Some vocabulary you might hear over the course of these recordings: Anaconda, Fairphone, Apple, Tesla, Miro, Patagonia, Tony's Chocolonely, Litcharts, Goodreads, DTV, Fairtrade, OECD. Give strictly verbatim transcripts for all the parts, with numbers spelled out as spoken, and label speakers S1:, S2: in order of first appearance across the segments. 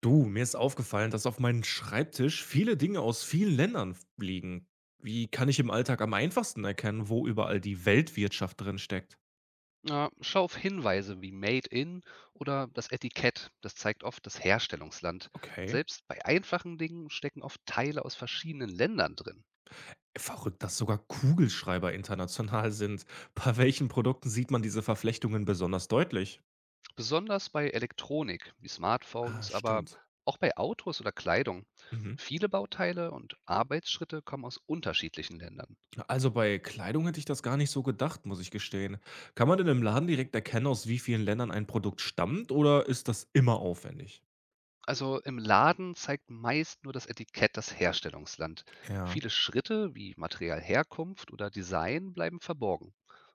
S1: Du, mir ist aufgefallen, dass auf meinem Schreibtisch viele Dinge aus vielen Ländern f- liegen. Wie kann ich im Alltag am einfachsten erkennen, wo überall die Weltwirtschaft drin steckt?
S2: Na, schau auf Hinweise wie Made in oder das Etikett. Das zeigt oft das Herstellungsland.
S1: Okay.
S2: Selbst bei einfachen Dingen stecken oft Teile aus verschiedenen Ländern drin.
S1: Verrückt, dass sogar Kugelschreiber international sind. Bei welchen Produkten sieht man diese Verflechtungen besonders deutlich?
S2: Besonders bei Elektronik wie
S1: Ah,
S2: Smartphones, aber
S1: stimmt.
S2: auch bei Autos oder Kleidung.
S1: Mhm.
S2: Viele Bauteile und Arbeitsschritte kommen aus unterschiedlichen Ländern.
S1: Also bei Kleidung hätte ich das gar nicht so gedacht, muss ich gestehen. Kann man denn im Laden direkt erkennen, aus wie vielen Ländern ein Produkt stammt, oder ist das immer aufwendig?
S2: Also im Laden zeigt meist nur das Etikett das Herstellungsland.
S1: Ja.
S2: Viele Schritte wie Materialherkunft oder Design bleiben verborgen.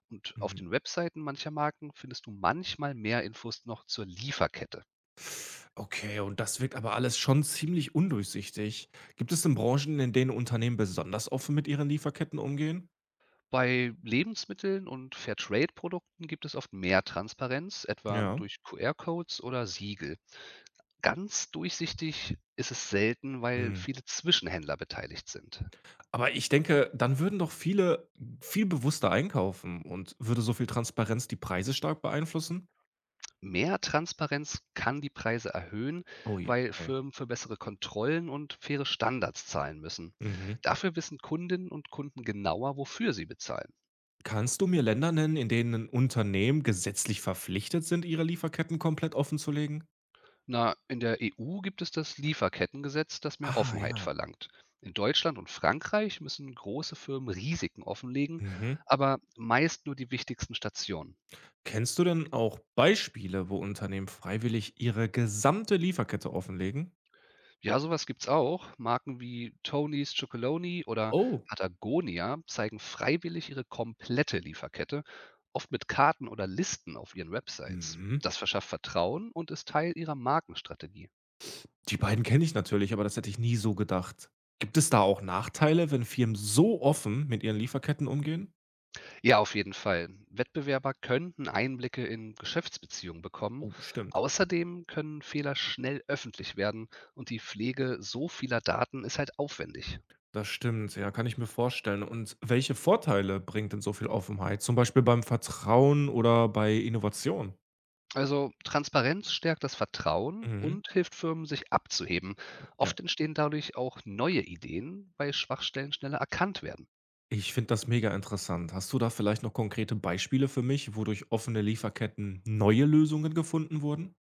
S2: Und auf
S1: Mhm.
S2: den Webseiten mancher Marken findest du manchmal mehr Infos noch zur Lieferkette.
S1: Okay, und das wirkt aber alles schon ziemlich undurchsichtig. Gibt es denn Branchen, in denen Unternehmen besonders offen mit ihren Lieferketten umgehen?
S2: Bei Lebensmitteln und Fairtrade-Produkten gibt es oft mehr Transparenz, etwa
S1: Ja.
S2: durch QR-Codes oder Siegel. Ganz durchsichtig ist es selten, weil
S1: Hm.
S2: viele Zwischenhändler beteiligt sind.
S1: Aber ich denke, dann würden doch viele viel bewusster einkaufen, und würde so viel Transparenz die Preise stark beeinflussen?
S2: Mehr Transparenz kann die Preise erhöhen,
S1: Oh je,
S2: weil
S1: okay.
S2: Firmen für bessere Kontrollen und faire Standards zahlen müssen.
S1: Mhm.
S2: Dafür wissen Kundinnen und Kunden genauer, wofür sie bezahlen.
S1: Kannst du mir Länder nennen, in denen Unternehmen gesetzlich verpflichtet sind, ihre Lieferketten komplett offen zu legen?
S2: Na, in der E U gibt es das Lieferkettengesetz, das mehr
S1: Ah,
S2: Offenheit
S1: ja.
S2: verlangt. In Deutschland und Frankreich müssen große Firmen Risiken offenlegen,
S1: Mhm.
S2: aber meist nur die wichtigsten Stationen.
S1: Kennst du denn auch Beispiele, wo Unternehmen freiwillig ihre gesamte Lieferkette offenlegen?
S2: Ja, sowas gibt's auch. Marken wie Tony's Chocolonely oder
S1: Oh.
S2: Patagonia zeigen freiwillig ihre komplette Lieferkette, oft mit Karten oder Listen auf ihren Websites.
S1: Mhm.
S2: Das verschafft Vertrauen und ist Teil ihrer Markenstrategie.
S1: Die beiden kenne ich natürlich, aber das hätte ich nie so gedacht. Gibt es da auch Nachteile, wenn Firmen so offen mit ihren Lieferketten umgehen?
S2: Ja, auf jeden Fall. Wettbewerber könnten Einblicke in Geschäftsbeziehungen bekommen.
S1: Oh, stimmt.
S2: Außerdem können Fehler schnell öffentlich werden und die Pflege so vieler Daten ist halt aufwendig.
S1: Das stimmt, ja, kann ich mir vorstellen. Und welche Vorteile bringt denn so viel Offenheit? Zum Beispiel beim Vertrauen oder bei Innovation?
S2: Also Transparenz stärkt das Vertrauen
S1: Mhm.
S2: und hilft Firmen, sich abzuheben. Oft entstehen dadurch auch neue Ideen, weil Schwachstellen schneller erkannt werden.
S1: Ich finde das mega interessant. Hast du da vielleicht noch konkrete Beispiele für mich, wodurch offene Lieferketten neue Lösungen gefunden wurden?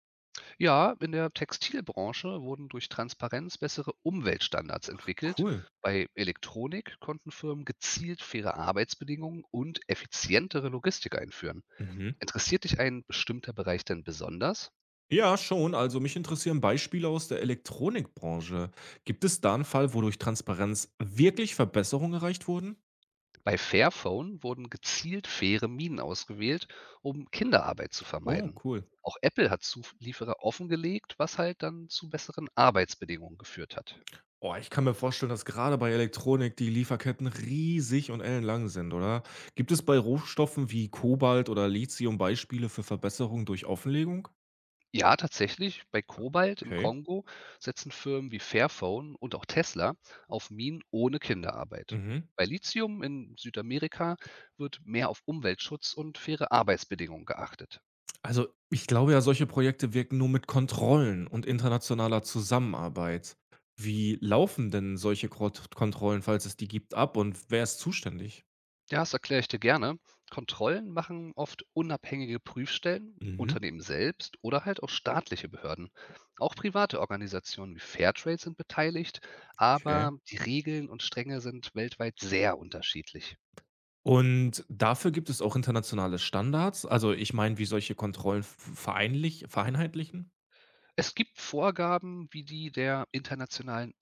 S2: Ja, in der Textilbranche wurden durch Transparenz bessere Umweltstandards
S1: Ach,
S2: entwickelt.
S1: cool.
S2: Bei Elektronik konnten Firmen gezielt faire Arbeitsbedingungen und effizientere Logistik einführen.
S1: Mhm.
S2: Interessiert dich ein bestimmter Bereich denn besonders?
S1: Ja, schon. Also mich interessieren Beispiele aus der Elektronikbranche. Gibt es da einen Fall, wo durch Transparenz wirklich Verbesserungen erreicht wurden?
S2: Bei Fairphone wurden gezielt faire Minen ausgewählt, um Kinderarbeit zu
S1: Oh,
S2: vermeiden.
S1: cool.
S2: Auch Apple hat Zulieferer offengelegt, was halt dann zu besseren Arbeitsbedingungen geführt hat.
S1: Oh, ich kann mir vorstellen, dass gerade bei Elektronik die Lieferketten riesig und ellenlang sind, oder? Gibt es bei Rohstoffen wie Kobalt oder Lithium Beispiele für Verbesserungen durch Offenlegung?
S2: Ja, tatsächlich, bei Kobalt im
S1: Okay.
S2: Kongo setzen Firmen wie Fairphone und auch Tesla auf Minen ohne Kinderarbeit.
S1: Mhm.
S2: Bei Lithium in Südamerika wird mehr auf Umweltschutz und faire Arbeitsbedingungen geachtet.
S1: Also, ich glaube ja, solche Projekte wirken nur mit Kontrollen und internationaler Zusammenarbeit. Wie laufen denn solche Krot Kontrollen, falls es die gibt, ab, und wer ist zuständig?
S2: Ja, das erkläre ich dir gerne. Kontrollen machen oft unabhängige Prüfstellen,
S1: Mhm,
S2: Unternehmen selbst oder halt auch staatliche Behörden. Auch private Organisationen wie Fairtrade sind beteiligt, aber
S1: okay.
S2: die Regeln und Stränge sind weltweit sehr unterschiedlich.
S1: Und dafür gibt es auch internationale Standards. Also, ich meine, wie solche Kontrollen v vereinlich vereinheitlichen?
S2: Es gibt Vorgaben wie die der Internationalen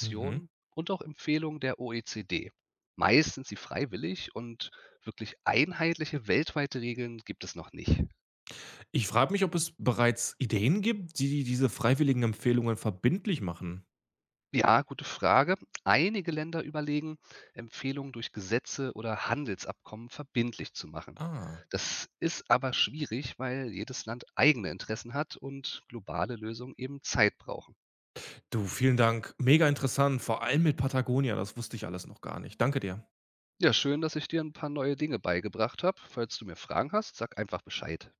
S1: Mhm.
S2: und auch Empfehlungen der O E C D. Meist sind sie freiwillig und wirklich einheitliche weltweite Regeln gibt es noch nicht.
S1: Ich frage mich, ob es bereits Ideen gibt, die diese freiwilligen Empfehlungen verbindlich machen.
S2: Ja, gute Frage. Einige Länder überlegen, Empfehlungen durch Gesetze oder Handelsabkommen verbindlich zu machen.
S1: Ah.
S2: Das ist aber schwierig, weil jedes Land eigene Interessen hat und globale Lösungen eben Zeit brauchen.
S1: Du, vielen Dank. Mega interessant, vor allem mit Patagonia, das wusste ich alles noch gar nicht. Danke dir.
S2: Ja, schön, dass ich dir ein paar neue Dinge beigebracht habe. Falls du mir Fragen hast, sag einfach Bescheid.